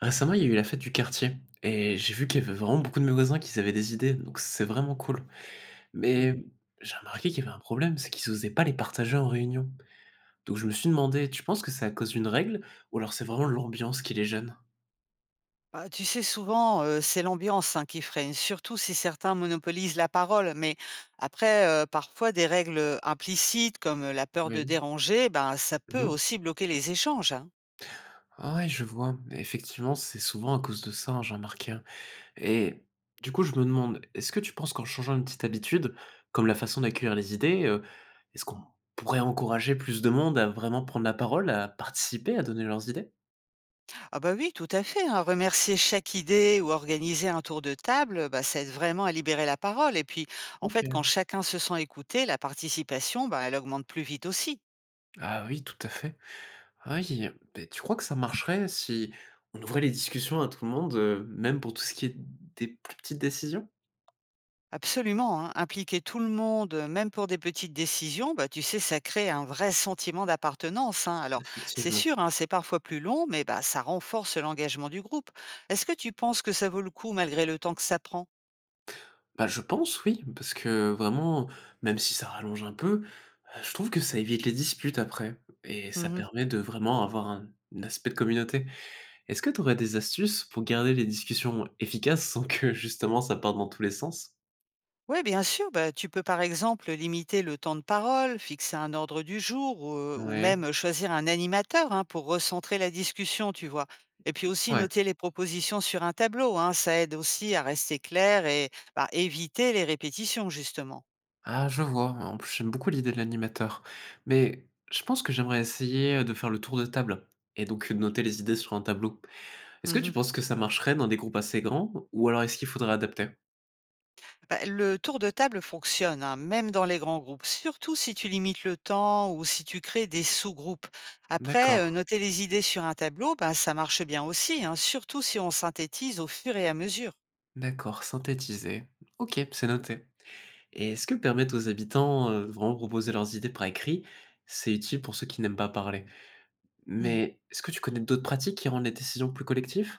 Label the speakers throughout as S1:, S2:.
S1: Récemment, il y a eu la fête du quartier et j'ai vu qu'il y avait vraiment beaucoup de mes voisins qui avaient des idées, donc c'est vraiment cool.
S2: Mmh.
S1: Mais j'ai remarqué qu'il y avait un problème, c'est qu'ils n'osaient pas les partager en réunion. Donc je me suis demandé, tu penses que c'est à cause d'une règle ou alors c'est vraiment l'ambiance qui les gêne?
S2: Bah, tu sais, souvent, c'est l'ambiance, hein, qui freine, surtout si certains monopolisent la parole. Mais après, parfois des règles, implicites comme, la peur de
S1: Oui.
S2: déranger, ben, ça peut
S1: Mhm.
S2: aussi bloquer les échanges, hein.
S1: Ah ouais, je vois. Et effectivement, c'est souvent à cause de ça, hein, j'ai remarqué, hein. Et du coup, je me demande, est-ce que tu penses qu'en changeant une petite habitude, comme la façon d'accueillir les idées, est-ce qu'on pourrait encourager plus de monde à vraiment prendre la parole, à participer, à donner leurs idées?
S2: Ah bah, oui, tout à fait, hein, remercier chaque idée ou organiser un tour de table, bah, ça aide vraiment à libérer la parole et puis, en
S1: OK.
S2: fait, quand chacun se sent écouté, la participation, bah, elle augmente plus vite aussi.
S1: Ah oui, tout à fait. Ah oui, beh, tu crois que ça marcherait si on ouvrait les discussions à tout le monde, même pour tout ce qui est des plus petites décisions?
S2: Absolument, hein. Impliquer tout le monde, même pour des petites décisions, bah, tu sais, ça crée un vrai sentiment d'appartenance, hein. Alors, c'est
S1: Effectivement.
S2: sûr, hein, c'est parfois plus long, mais bah, ça renforce l'engagement du groupe. Est-ce que tu penses que ça vaut le coup malgré le temps que ça prend?
S1: Bah, je pense oui, parce que vraiment, même si ça rallonge un peu, je trouve que ça évite les disputes après et ça
S2: Mmh.
S1: permet de vraiment avoir un aspect de communauté. Est-ce que tu aurais des astuces pour garder les discussions efficaces sans que justement ça parte dans tous les sens?
S2: Oui, bien sûr. Bah, tu peux par exemple limiter le temps de parole, fixer un ordre du jour ou,
S1: Ouais.
S2: même choisir un animateur, hein, pour recentrer la discussion, tu vois. Et puis aussi
S1: Ouais.
S2: noter les propositions sur un tableau, hein, ça aide aussi à rester clair et bah, éviter les répétitions, justement.
S1: Ah, je vois. En plus, j'aime beaucoup l'idée de l'animateur. Mais je pense que j'aimerais essayer de faire le tour de table et donc de noter les idées sur un tableau. Est-ce que tu
S2: Mhm.
S1: penses que ça marcherait dans des groupes assez grands ou alors est-ce qu'il faudrait adapter?
S2: Bah, le tour de table fonctionne, hein, même dans les grands groupes, surtout si tu limites le temps ou si tu crées des sous-groupes. Après,
S1: D'accord,
S2: noter les idées sur un tableau, bah, ça marche bien aussi, hein, surtout si on synthétise au fur et à mesure.
S1: d'accord, synthétiser. Ok, c'est noté. Et est-ce que permettre aux habitants de vraiment proposer leurs idées par écrit, c'est utile pour ceux qui n'aiment pas parler?
S2: Mmh.
S1: Mais est-ce que tu connais d'autres pratiques qui rendent les décisions plus collectives?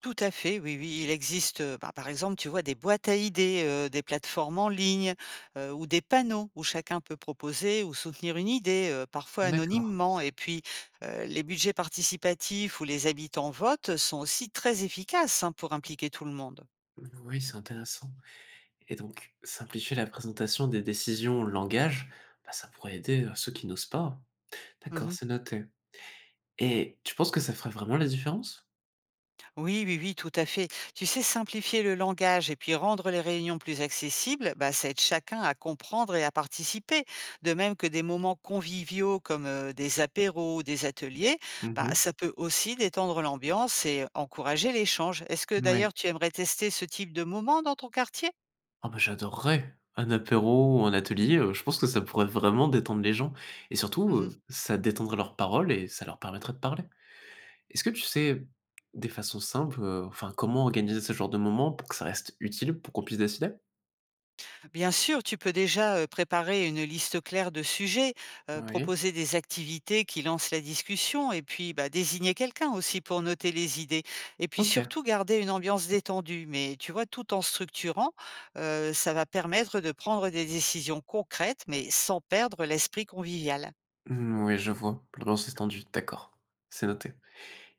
S2: Tout à fait, oui, oui. Il existe, bah, par exemple, tu vois, des boîtes à idées, des plateformes en ligne, ou des panneaux où chacun peut proposer ou soutenir une idée, parfois
S1: D'accord.
S2: anonymement et puis, les budgets participatifs où les habitants votent sont aussi très efficaces, hein, pour impliquer tout le monde.
S1: Oui, c'est intéressant. Et donc, simplifier la présentation des décisions le langage, bah, ça pourrait aider, ceux qui n'osent pas. D'accord,
S2: Mmh.
S1: c'est noté. Et tu penses que ça ferait vraiment la différence?
S2: Oui, oui, oui, tout à fait. Tu sais, simplifier le langage et puis rendre les réunions plus accessibles, bah, ça aide chacun à comprendre et à participer. De même que des moments conviviaux comme des apéros ou des ateliers, bah,
S1: Mmh.
S2: ça peut aussi détendre l'ambiance et encourager l'échange. Est-ce que
S1: Oui.
S2: d'ailleurs tu aimerais tester ce type de moment dans ton quartier?
S1: Ah bah, j'adorerais un apéro ou un atelier, je pense que ça pourrait vraiment détendre les gens et surtout,
S2: Mhm.
S1: ça détendrait leurs paroles et ça leur permettrait de parler. Est-ce que tu sais des façons simples, enfin comment organiser ce genre de moment pour que ça reste utile, pour qu'on puisse décider?
S2: Bien sûr, tu peux déjà préparer une liste claire de sujets,
S1: Oui.
S2: proposer des activités qui lancent la discussion et puis bah, désigner quelqu'un aussi pour noter les idées. Et puis
S1: OK.
S2: surtout garder une ambiance détendue. Mais tu vois, tout en structurant, ça va permettre de prendre des décisions concrètes mais sans perdre l'esprit convivial.
S1: Mmh, oui, je vois. L'ambiance est tendue, d'accord, c'est noté.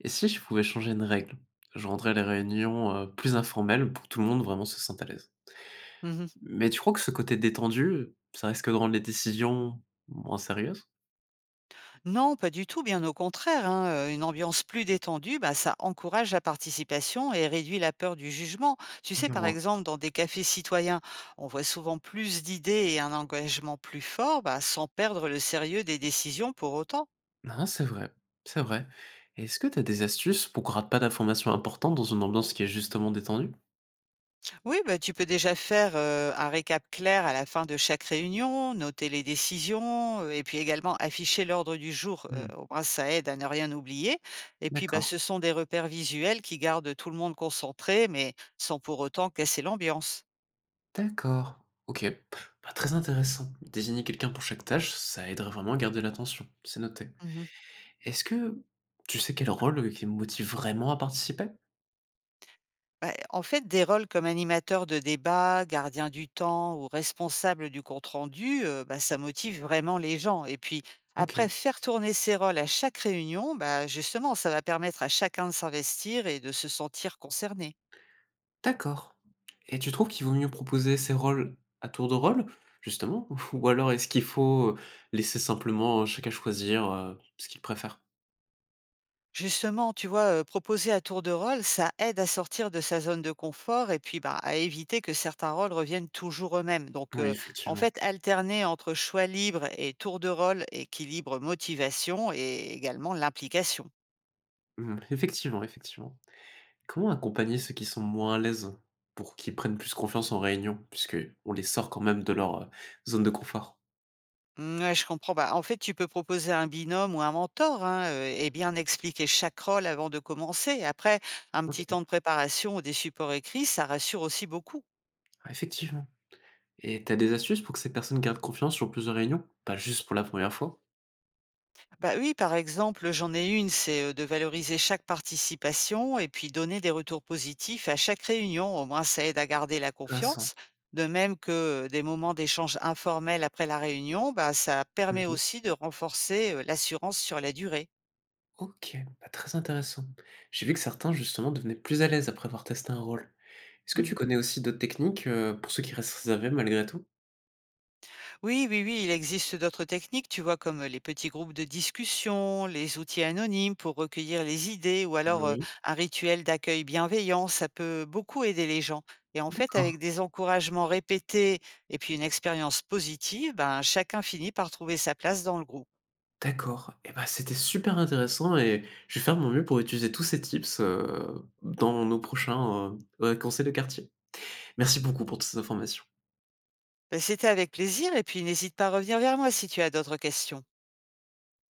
S1: Et si je pouvais changer une règle, je rendrais les réunions, plus informelles pour que tout le monde vraiment se sente à l'aise.
S2: Mhm.
S1: Mais tu crois que ce côté détendu, ça risque de rendre les décisions moins sérieuses?
S2: Non, pas du tout, bien au contraire, hein, une ambiance plus détendue, bah, ça encourage la participation et réduit la peur du jugement. Tu sais,
S1: Je
S2: par
S1: vois.
S2: exemple, dans des cafés citoyens, on voit souvent plus d'idées et un engagement plus fort, bah, sans perdre le sérieux des décisions pour autant.
S1: Ah, c'est vrai, c'est vrai. Est-ce que tu as des astuces pour qu'on rate pas d'informations importantes dans une ambiance qui est justement détendue?
S2: Oui, bah, tu peux déjà faire, un récap clair à la fin de chaque réunion, noter les décisions, et puis également afficher l'ordre du jour,
S1: Mmh.
S2: au moins ça aide à ne rien oublier et puis, bah,
S1: D'accord.
S2: ce sont des repères visuels qui gardent tout le monde concentré mais sans pour autant casser l'ambiance.
S1: D'accord, OK. Bah, très intéressant. Désigner quelqu'un pour chaque tâche, ça aiderait vraiment à garder l'attention, c'est noté.
S2: Mmh.
S1: Est-ce que tu sais quel rôle qui me motive vraiment à participer?
S2: Bah, en fait, des rôles comme animateur de débat, gardien du temps ou responsable du compte-rendu, bah, ça motive vraiment les gens et puis
S1: OK.
S2: après faire tourner ces rôles à chaque réunion, bah, justement, ça va permettre à chacun de s'investir et de se sentir concerné.
S1: D'accord, et tu trouves qu'il vaut mieux proposer ces rôles à tour de rôle, justement? Ou alors est-ce qu'il faut laisser simplement chacun choisir, ce qu'il préfère?
S2: Justement, tu vois, proposer à tour de rôle, ça aide à sortir de sa zone de confort et puis, bah, à éviter que certains rôles reviennent toujours eux-mêmes. Donc,
S1: Oui,
S2: en
S1: effectivement.
S2: fait, alterner entre choix libre et tour de rôle équilibre motivation et également l'implication.
S1: Mmh, effectivement, effectivement. Comment accompagner ceux qui sont moins à l'aise pour qu'ils prennent plus confiance en réunion? Puisque on les sort quand même de leur, zone de confort.
S2: Mmh, ouais, je comprends. Bah, en fait, tu peux proposer un binôme ou un mentor, hein, et bien expliquer chaque rôle avant de commencer. Après, un
S1: OK,
S2: petit temps de préparation ou des supports écrits, ça rassure aussi beaucoup.
S1: ah effectivement, et t'as des astuces pour que ces personnes gardent confiance sur plusieurs réunions? Pas juste pour la première fois?
S2: Bah oui, par exemple, j'en ai une, c'est, de valoriser chaque participation et puis donner des retours positifs à chaque réunion. Au moins, ça aide à garder la
S1: Vincent.
S2: confiance. De même que, des moments d'échange informels après la réunion, bah, ça permet
S1: Mmh.
S2: aussi de renforcer, l'assurance sur la durée.
S1: OK, bah, très intéressant. J'ai vu que certains justement devenaient plus à l'aise après avoir testé un rôle. Est-ce que tu
S2: Mmh.
S1: connais aussi d'autres techniques, pour ceux qui restent réservés malgré tout?
S2: Oui, oui, oui, il existe d'autres techniques, tu vois, comme les petits groupes de discussion, les outils anonymes pour recueillir les idées, ou alors
S1: Oui.
S2: un rituel d'accueil bienveillant, ça peut beaucoup aider les gens. Et en fait,
S1: D'accord,
S2: avec des encouragements répétés et puis une expérience positive, ben, chacun finit par trouver sa place dans le groupe.
S1: d'accord. Et ben c'était super intéressant et je vais faire mon mieux pour utiliser tous ces tips, dans nos prochains, conseils de quartier. Merci beaucoup pour toutes ces informations.
S2: Ben, c'était avec plaisir, et puis n'hésite pas à revenir vers moi si tu as d'autres questions.